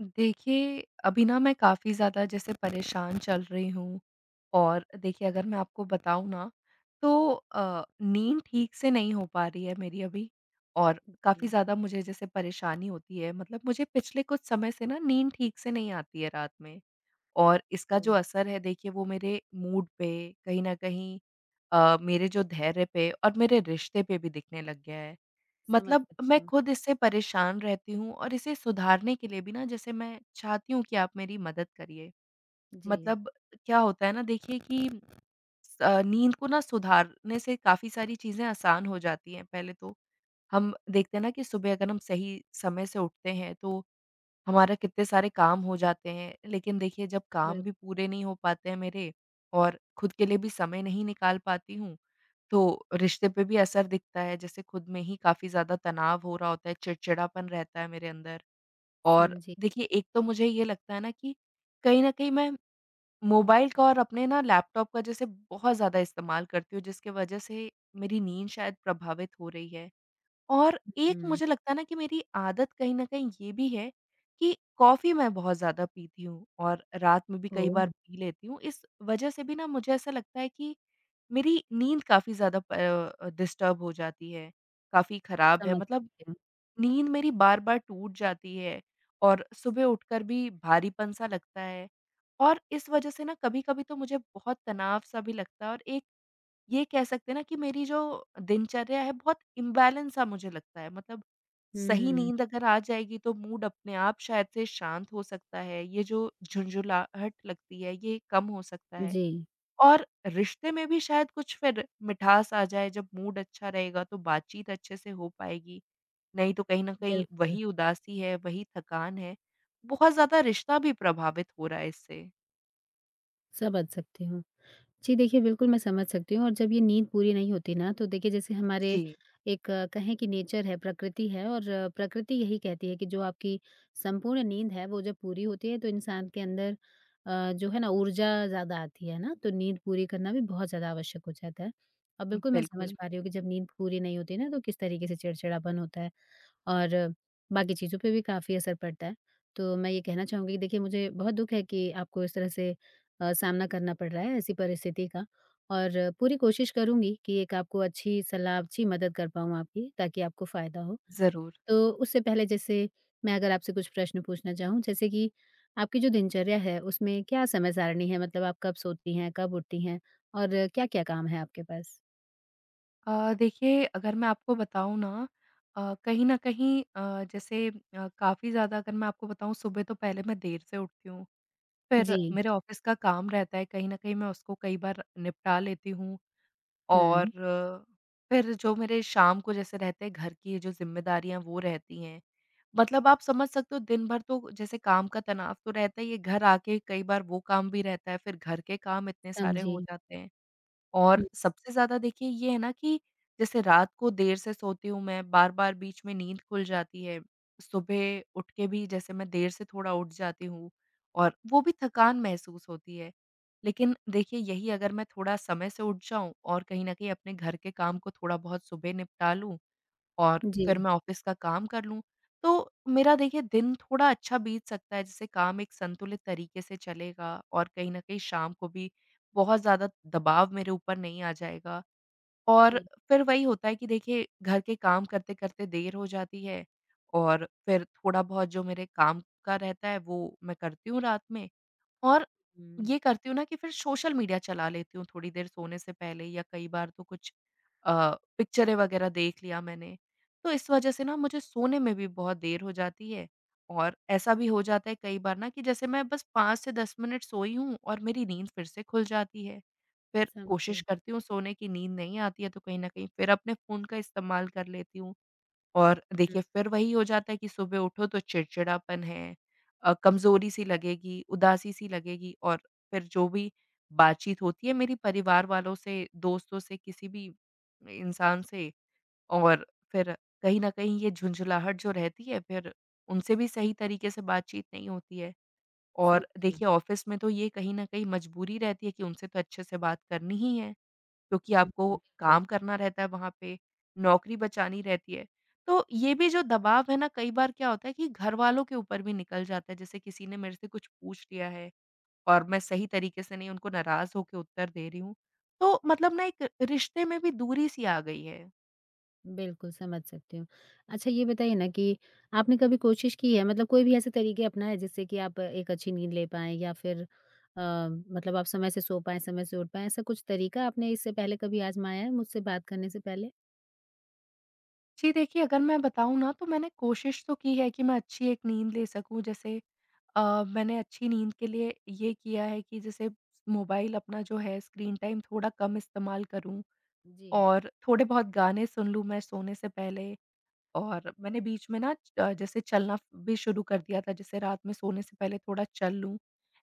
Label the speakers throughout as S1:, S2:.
S1: देखिए, अभी ना मैं काफ़ी ज़्यादा जैसे परेशान चल रही हूँ। और देखिए अगर मैं आपको बताऊँ ना तो नींद ठीक से नहीं हो पा रही है मेरी अभी, और काफ़ी
S2: जी,
S1: ज़्यादा मुझे जैसे परेशानी होती है। मतलब मुझे पिछले कुछ समय से ना नींद ठीक से नहीं आती है रात में, और इसका जो
S2: ओह!
S1: असर है देखिए वो मेरे मूड पे कहीं न कहीं, मेरे जो धैर्य पे और मेरे रिश्ते पे भी दिखने लग गया है।
S2: समझ
S1: मतलब मैं
S2: सकती हूँ।
S1: खुद इससे परेशान रहती हूँ, और इसे सुधारने के लिए भी ना जैसे मैं चाहती हूँ कि आप मेरी मदद करिए।
S2: जी।
S1: मतलब क्या होता है ना देखिए कि नींद को ना सुधारने से काफ़ी सारी चीज़ें आसान हो जाती हैं। पहले तो हम देखते हैं ना कि सुबह अगर हम सही समय से उठते हैं तो हमारा कितने सारे काम हो जाते हैं। लेकिन देखिए जब काम
S2: बिल्कुल,
S1: भी पूरे नहीं हो पाते हैं मेरे, और खुद के लिए भी समय नहीं निकाल पाती हूँ, तो रिश्ते पे भी असर दिखता है, जैसे खुद में ही काफ़ी ज़्यादा तनाव हो रहा होता है, चिड़चिड़ापन रहता है मेरे अंदर। और
S2: समझी।
S1: देखिए, एक तो मुझे ये लगता है ना कि कहीं न कहीं मैं मोबाइल का और अपने ना लैपटॉप का जैसे बहुत ज़्यादा इस्तेमाल करती हूँ, जिसकी वजह से मेरी नींद शायद प्रभावित हो रही है। और एक
S2: हुँ,
S1: मुझे लगता है ना कि मेरी आदत कहीं न कहीं ये भी है कि कॉफ़ी मैं बहुत ज़्यादा पीती हूँ, और रात में भी कई बार
S2: ओह!
S1: पी लेती हूँ। इस वजह से भी ना मुझे ऐसा लगता है कि मेरी नींद काफ़ी ज़्यादा डिस्टर्ब हो जाती है, काफ़ी ख़राब है,
S2: समझ
S1: मतलब
S2: सकती हूँ।
S1: नींद मेरी बार-बार टूट जाती है और सुबह उठकर भी भारीपन-सा लगता है। और इस वज़ह से ना कभी-कभी तो मुझे बहुत तनाव-सा भी लगता है, और एक ये कह सकते हैं ना कि मेरी जो दिनचर्या है बहुत इम्बैलेंस-सा मुझे लगता है। मतलब सही
S2: हुँ,
S1: नींद अगर आ जाएगी तो मूड अपने आप शायद से शांत हो सकता है, ये जो झुंझुलाहट लगती है ये कम हो सकता है।
S2: जी,
S1: और रिश्ते में भी शायद कुछ फिर मिठास आ जाए, जब मूड अच्छा रहेगा तो बातचीत अच्छे से हो पाएगी, नहीं तो कहीं न कहीं
S2: बिल्कुल,
S1: वही उदासी है, वही थकान है, बहुत ज़्यादा रिश्ता भी प्रभावित हो रहा है इससे।
S2: समझ सकती हूँ। जी, देखिए बिल्कुल मैं समझ सकती हूँ और जब ये नींद पूरी नहीं होती ना तो देखिए जैसे
S1: जी।
S2: हमारे एक कहें कि नेचर है, प्रकृति है। और प्रकृति यही कहती है कि जो आपकी संपूर्ण नींद है वो जब पूरी होती है तो इंसान के अंदर जो है ना ऊर्जा ज़्यादा आती है ना, तो नींद पूरी करना भी बहुत ज़्यादा आवश्यक हो जाता है। और बिल्कुल मैं समझ
S1: बिल्कुल।
S2: पा रही हूँ कि जब नींद पूरी नहीं होती ना तो किस तरीके से चिड़चिड़ापन होता है। और बाकी चीज़ों पे भी काफ़ी असर पड़ता है। तो मैं ये कहना चाहूँगी कि देखिए मुझे बहुत दुःख है कि आपको इस तरह से सामना करना पड़ रहा है ऐसी परिस्थिति का, और पूरी कोशिश करूँगी कि एक आपको अच्छी सलाह, अच्छी मदद कर पाऊँ आपकी, ताकि आपको फ़ायदा हो।
S1: ज़रूर।
S2: तो उससे पहले जैसे मैं अगर आपसे कुछ प्रश्न पूछना चाहूँ, जैसे कि आपकी जो दिनचर्या है उसमें क्या समय सारणी है? मतलब आप कब सोती हैं, कब उठती हैं और क्या-क्या काम है आपके पास?
S1: देखिए अगर मैं आपको बताऊँ ना, कहीं न कहीं, जैसे काफ़ी ज़्यादा अगर मैं आपको बताऊँ सुबह, तो पहले मैं देर से उठती हूँ,
S2: जी।
S1: फिर मेरे ऑफ़िस का काम रहता है, कहीं न कहीं मैं उसको कई बार निपटा लेती हूँ। और
S2: हुँ,
S1: फिर जो मेरे शाम को जैसे रहते हैं घर की जो ज़िम्मेदारियाँ वो रहती हैं। मतलब आप समझ सकते हो दिन भर तो जैसे काम का तनाव तो रहता ही है, घर आके कई बार वो काम भी रहता है, फिर घर के काम इतने सारे
S2: समझी।
S1: हो जाते हैं।
S2: हुँ,
S1: और सबसे ज़्यादा देखिए ये है ना कि जैसे रात को देर से सोती हूँ मैं, बार-बार बीच में नींद खुल जाती है। सुबह उठ के भी जैसे मैं देर से थोड़ा उठ जाती हूँ, और वो भी थकान महसूस होती है। लेकिन देखिए यही अगर मैं थोड़ा समय से उठ जाऊँ और कहीं न कहीं अपने घर के काम को थोड़ा बहुत सुबह निपटा लूँ और
S2: जी।
S1: फिर मैं ऑफ़िस का काम कर लूँ, तो मेरा देखिए दिन थोड़ा अच्छा बीत सकता है, जिससे काम एक संतुलित तरीके से चलेगा और कहीं न कहीं शाम को भी बहुत ज़्यादा दबाव मेरे ऊपर नहीं आ जाएगा। और
S2: जी।
S1: फिर वही होता है कि देखिए घर के काम करते-करते देर हो जाती है, और फिर थोड़ा बहुत जो मेरे काम का रहता है वो मैं करती हूँ रात में। और
S2: हुँ।
S1: ये करती हूँ ना कि फिर सोशल मीडिया चला लेती हूँ थोड़ी देर सोने से पहले, या कई बार तो कुछ अ, पिक्चरें वगैरह देख लिया मैंने। तो इस वजह से ना मुझे सोने में भी बहुत देर हो जाती है, और ऐसा भी हो जाता है कई बार ना कि जैसे मैं बस 5 से 10 मिनट सोई हूँ और मेरी नींद फिर से खुल जाती है। फिर
S2: समझी।
S1: कोशिश करती हूँ सोने की, नींद नहीं आती है तो कहीं न कहीं फिर अपने फ़ोन का इस्तेमाल कर लेती हूँ। और
S2: हुँ,
S1: देखिए फिर वही हो जाता है कि सुबह उठो तो चिड़चिड़ापन है, कमज़ोरी सी लगेगी, उदासी सी लगेगी, और फिर जो भी बातचीत होती है मेरी परिवार वालों से, दोस्तों से, किसी भी इंसान से, और फिर कहीं न कहीं ये झुंझलाहट जो रहती है फिर उनसे भी सही तरीके से बातचीत नहीं होती है। और
S2: समझी।
S1: देखिए ऑफ़िस में तो ये कहीं न कहीं मजबूरी रहती है कि उनसे तो अच्छे से बात करनी ही है, क्योंकि
S2: हुँ,
S1: आपको
S2: बिल्कुल।
S1: काम करना रहता है वहाँ पे, नौकरी बचानी रहती है। तो ये भी जो दबाव है ना कई बार क्या होता है कि घरवालों के ऊपर भी निकल जाता है, जैसे किसी ने मेरे से कुछ पूछ लिया है और मैं सही तरीके से नहीं उनको नाराज़ होके उत्तर दे रही हूँ। तो मतलब ना एक रिश्ते में भी दूरी-सी आ गई है।
S2: बिल्कुल समझ सकती हूँ। अच्छा ये बताइए ना कि आपने कभी कोशिश की है, मतलब कोई भी ऐसे तरीके अपनाए हैं जिससे कि आप एक अच्छी नींद ले पाएँ, या फिर मतलब आप समय से सो पाएँ, समय से उठ पाएँ, ऐसा कुछ तरीका आपने इससे पहले कभी आज़माया है मुझसे बात करने से पहले?
S1: जी, देखिए अगर मैं बताऊँ ना तो मैंने कोशिश तो की है कि मैं अच्छी एक नींद ले सकूँ, जैसे मैंने अच्छी नींद के लिए ये किया है कि जैसे मोबाइल अपना जो है स्क्रीन टाइम थोड़ा कम इस्तेमाल करूँ।
S2: जी।
S1: और थोड़े बहुत गाने सुन लूँ मैं सोने से पहले, और मैंने बीच में ना जैसे चलना भी शुरू कर दिया था, जैसे रात में सोने से पहले थोड़ा चल लूँ।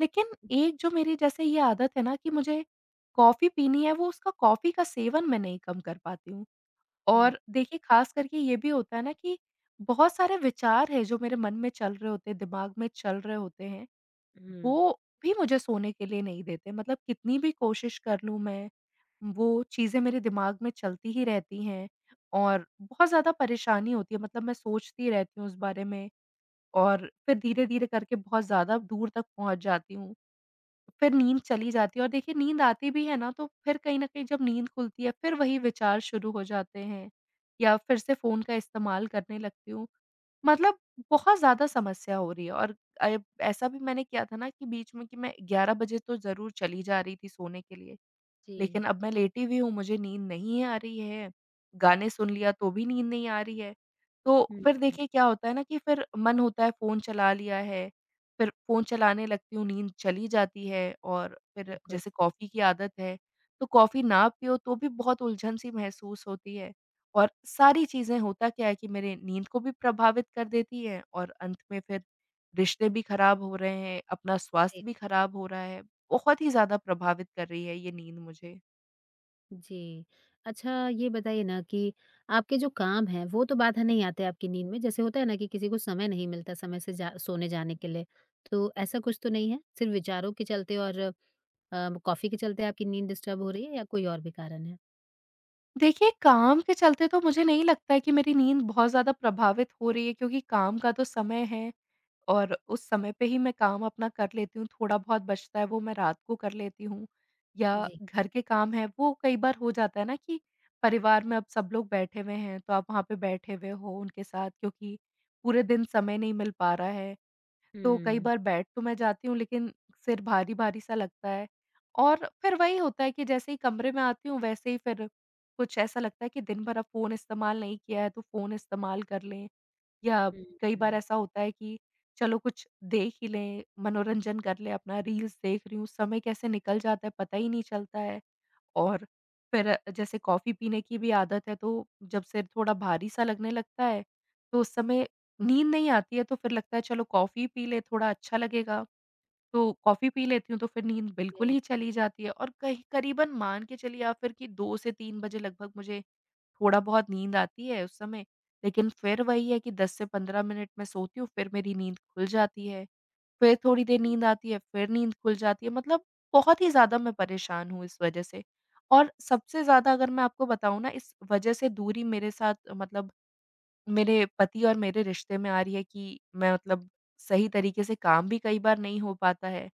S1: लेकिन एक जो मेरी जैसे ये आदत है ना कि मुझे कॉफ़ी पीनी है, वो उसका कॉफ़ी का सेवन मैं नहीं कम कर पाती हूँ।
S2: हुँ,
S1: और देखिए ख़ास करके ये भी होता है ना कि बहुत सारे विचार हैं जो मेरे मन में चल रहे होते हैं, दिमाग में चल रहे होते हैं,
S2: हुँ।
S1: वो भी मुझे सोने के लिए नहीं देते। मतलब कितनी भी कोशिश कर लूँ मैं, वो चीज़ें मेरे दिमाग में चलती ही रहती हैं, और बहुत ज़्यादा परेशानी होती है, मतलब मैं सोचती रहती हूँ उस बारे में, और फिर धीरे-धीरे करके बहुत ज़्यादा दूर तक पहुँच जाती हूँ। फिर नींद चली जाती है, और देखिए नींद आती भी है ना तो फिर कहीं न कहीं जब नींद खुलती है फिर वही विचार शुरू हो जाते हैं, या फिर से फ़ोन का इस्तेमाल करने लगती हूँ। मतलब बहुत ज़्यादा समस्या हो रही है। और ऐसा भी मैंने किया था ना कि बीच में कि मैं 11 बजे तो ज़रूर चली जा रही थी सोने के लिए।
S2: जी।
S1: लेकिन अब मैं लेटी हुई हूँ, मुझे नींद नहीं आ रही है, गाने सुन लिया तो भी नींद नहीं आ रही है। तो
S2: हुँ,
S1: फिर देखिए क्या होता है ना कि फिर मन होता है फ़ोन चला लिया है, फिर फ़ोन चलाने लगती हूँ, नींद चली जाती है, और फिर
S2: बिल्कुल।
S1: जैसे कॉफ़ी की आदत है, तो कॉफ़ी ना पियो तो भी बहुत उलझन-सी महसूस होती है। और सारी चीज़ें होता क्या है कि मेरे नींद को भी प्रभावित कर देती हैं, और अंत में फिर रिश्ते भी खराब हो रहे हैं, अपना
S2: सही
S1: स्वास्थ्य भी खराब हो रहा है। बहुत ही ज़्यादा प्रभावित कर रही है ये नींद मुझे।
S2: जी। अच्छा ये बताइए ना कि आपके जो काम हैं वो तो बाधा नहीं आते आपकी नींद में? जैसे होता है ना कि किसी को समय नहीं मिलता समय से जा सोने जाने के लिए, तो ऐसा कुछ तो नहीं है? सिर्फ़ विचारों के चलते और कॉफ़ी के चलते आपकी नींद डिस्टर्ब हो रही है, या कोई और भी कारण है?
S1: देखिए, काम के चलते तो मुझे नहीं लगता है कि मेरी नींद बहुत ज़्यादा प्रभावित हो रही है, क्योंकि काम का तो समय है और उस समय पे ही मैं काम अपना कर लेती हूँ, थोड़ा-बहुत बचता है वो मैं रात को कर लेती हूँ, या
S2: जी।
S1: घर के काम हैं वो कई बार हो जाता है ना कि परिवार में अब सब लोग बैठे हुए हैं, तो आप वहाँ पे बैठे हुए हो उनके साथ, क्योंकि पूरे दिन समय नहीं मिल पा रहा है। तो कई
S2: हुँ।
S1: बार बेड तो मैं जाती हूँ, लेकिन सिर भारी-भारी सा लगता है, और फिर वही होता है कि जैसे ही कमरे में आती हूँ वैसे ही फिर कुछ ऐसा लगता है कि दिन भर अब फ़ोन इस्तेमाल नहीं किया है तो फ़ोन इस्तेमाल कर लें, या
S2: हुँ,
S1: कई बार
S2: हुँ।
S1: ऐसा होता है कि चलो कुछ देख ही लें, मनोरंजन कर लें अपना, रील्स देख रही हूँ, समय कैसे निकल जाता है पता ही नहीं चलता है। और फिर जैसे कॉफ़ी पीने की भी आदत है, तो जब सिर थोड़ा भारी-सा लगने लगता है, तो उस समय नींद नहीं आती है तो फिर लगता है चलो कॉफ़ी पी लें थोड़ा अच्छा लगेगा, तो कॉफ़ी पी लेती हूँ तो फिर नींद बिल्कुल
S2: बिल
S1: ही चली जाती है, और कहीं करीबन मान के चलिए आप फिर कि 2 से 3 बजे लगभग मुझे थोड़ा-बहुत नींद आती है उस समय। लेकिन फिर वही है कि 10 से 15 मिनट मैं सोती हूँ फिर मेरी नींद खुल जाती है। फिर थोड़ी देर नींद आती है, फिर नींद खुल जाती है, मतलब बहुत ही ज़्यादा मैं परेशान हूँ इस वजह से। और सबसे ज़्यादा अगर मैं आपको बताऊँ ना इस वजह से दूरी मेरे साथ, मतलब मेरे पति और मेरे रिश्ते में आ रही है कि मैं, मतलब सही तरीके से काम भी कई बार नहीं हो पाता है,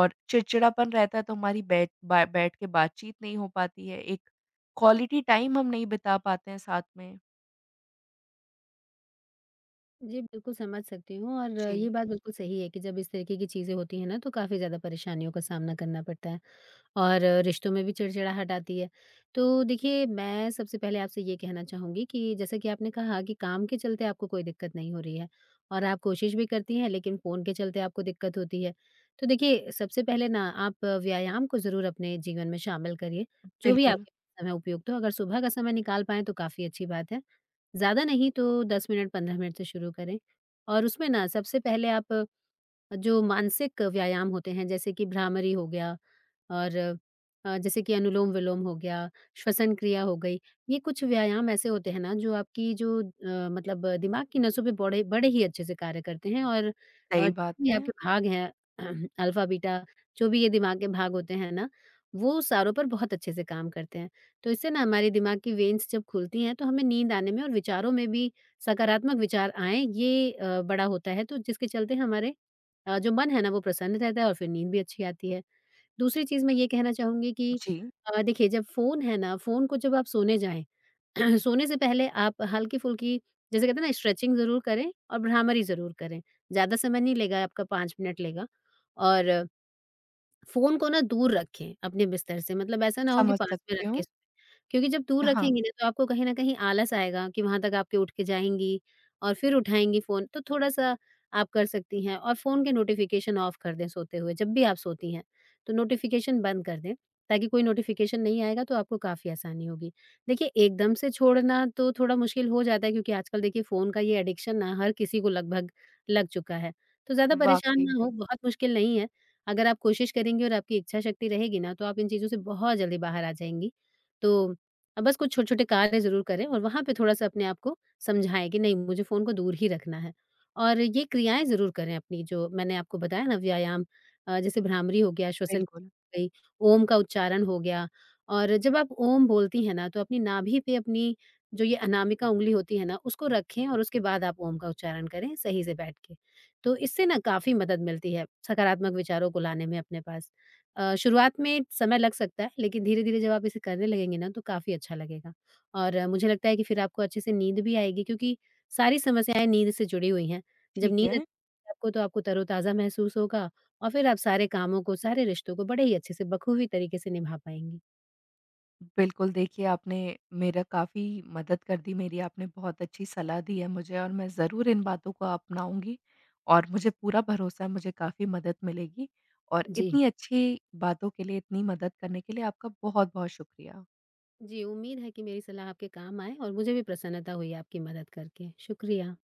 S1: और चिड़चिड़ापन रहता है तो हमारी बैठ के बातचीत नहीं हो पाती है, एक क्वालिटी टाइम हम नहीं बिता पाते हैं साथ में।
S2: जी, बिल्कुल समझ सकती हूँ, और ये
S1: जी,
S2: बात बिल्कुल सही है कि जब इस तरीके की चीज़ें होती हैं ना, तो काफ़ी ज़्यादा परेशानियों का सामना करना पड़ता है और रिश्तों में भी चिड़चिड़ाहट आती है। तो देखिए, मैं सबसे पहले आपसे ये कहना चाहूँगी कि जैसा कि आपने कहा कि काम के चलते आपको कोई दिक्कत नहीं हो रही है और आप कोशिश भी करती हैं, लेकिन फ़ोन के चलते आपको दिक्कत होती है। तो देखिए, सबसे पहले ना आप व्यायाम को ज़रूर अपने जीवन में शामिल करिए, जो भी
S1: बिल्कुल।
S2: आपके समय उपयुक्त हो। अगर सुबह का समय निकाल पाएँ, तो काफ़ी अच्छी बात है। ज़्यादा नहीं तो 10 मिनट, 15 मिनट से शुरू करें, और उसमें ना सबसे पहले आप जो मानसिक व्यायाम होते हैं, जैसे कि भ्रामरी हो गया, और जैसे कि अनुलोम-विलोम हो गया, श्वसन क्रिया हो गई, ये कुछ व्यायाम ऐसे होते हैं ना जो आपकी जो मतलब दिमाग की नसों पे बड़े बड़े ही अच्छे से कार्य करते हैं। और अ,
S1: सही बात
S2: ये
S1: है।
S2: आपके भाग हैं अल्फा, बीटा, जो भी ये दिमाग के भाग होते हैं ना, वो सारों पर बहुत अच्छे से काम करते हैं। तो इससे ना हमारे दिमाग की वेन्स जब खुलती हैं, तो हमें नींद आने में और विचारों में भी सकारात्मक विचार आएँ, ये बड़ा होता है, तो जिसके चलते हमारे जो मन है ना, वो प्रसन्न रहता है और फिर नींद भी अच्छी आती है। दूसरी चीज़ मैं ये कहना चाहूँगी कि
S1: जी,
S2: देखिए, जब फ़ोन है ना, फ़ोन को जब आप सोने जाएँ, सोने से पहले आप हल्की-फुल्की, जैसे कहते हैं ना, स्ट्रेचिंग ज़रूर करें और भ्रामरी ज़रूर करें। ज़्यादा समय नहीं लेगा आपका, 5 मिनट लेगा। और फ़ोन को ना दूर रखें अपने बिस्तर से, मतलब ऐसा ना हो कि
S1: समझ
S2: पास में रख
S1: सकती
S2: के
S1: हूँ।
S2: सोएँ। क्योंकि जब दूर
S1: हाँ,
S2: रखेंगी ना, तो आपको कहीं न कहीं आलस आएगा कि वहाँ तक आपके उठ के जाएँगी और फिर उठाएँगी फ़ोन, तो थोड़ा-सा आप कर सकती हैं। और फ़ोन के नोटिफ़िकेशन ऑफ कर दें सोते हुए, जब भी आप सोती हैं, तो नोटिफ़िकेशन बंद कर दें, ताकि कोई नोटिफ़िकेशन नहीं आएगा तो आपको काफ़ी आसानी होगी। देखिए, एकदम से छोड़ना तो थोड़ा मुश्किल हो जाता है, क्योंकि आजकल देखिए फ़ोन का ये एडिक्शन ना हर किसी को लगभग लग चुका है, तो ज़्यादा परेशान
S1: वाक़ई
S2: ना हो,
S1: में।
S2: बहुत मुश्किल नहीं है। अगर आप कोशिश करेंगी और आपकी इच्छा शक्ति रहेगी ना, तो आप इन चीज़ों से बहुत जल्दी बाहर आ जाएँगी। तो बस कुछ छोटे-छोटे कार्य ज़रूर करें, और वहाँ पे थोड़ा-सा अपने आप को समझाएँ कि नहीं, मुझे फ़ोन को दूर ही रखना है। और ये क्रियाएँ ज़रूर करें अपनी, जो मैंने आपको बताया ना, व्यायाम, जैसे भ्रामरी हो गया, श्वसन हो
S1: बिल्कुल,
S2: गई, ओम का उच्चारण हो गया। और जब आप ओम बोलती हैं ना, तो अपनी नाभि पे अपनी जो ये अनामिका उँगली होती है ना, उसको रखें, और उसके बाद आप ओम का उच्चारण करें सही से बैठ के। तो इससे ना काफ़ी मदद मिलती है सकारात्मक विचारों को लाने में अपने पास। शुरुआत में समय लग सकता है, लेकिन धीरे-धीरे जब आप इसे करने लगेंगे ना, तो काफ़ी अच्छा लगेगा। और मुझे लगता है कि फिर आपको अच्छे से नींद भी आएगी, क्योंकि सारी समस्याएँ नींद से जुड़ी हुई हैं। जब
S1: ठीक
S2: नींद अच्छी
S1: है।
S2: आएगी आपको, तो आपको तरोताज़ा महसूस होगा और फिर आप सारे कामों को, सारे रिश्तों को बड़े ही अच्छे से बखूबी तरीके से निभा पाएँगी।
S1: बिल्कुल, देखिए आपने मेरा काफ़ी मदद कर दी मेरी, आपने बहुत अच्छी सलाह दी है मुझे, और मैं ज़रूर इन बातों को अपनाऊँगी और मुझे पूरा भरोसा है मुझे काफ़ी मदद मिलेगी, और
S2: जी।
S1: इतनी अच्छी बातों के लिए, इतनी मदद करने के लिए आपका बहुत-बहुत शुक्रिया।
S2: जी, उम्मीद है कि मेरी सलाह आपके काम आए, और मुझे भी प्रसन्नता हुई आपकी मदद करके। शुक्रिया।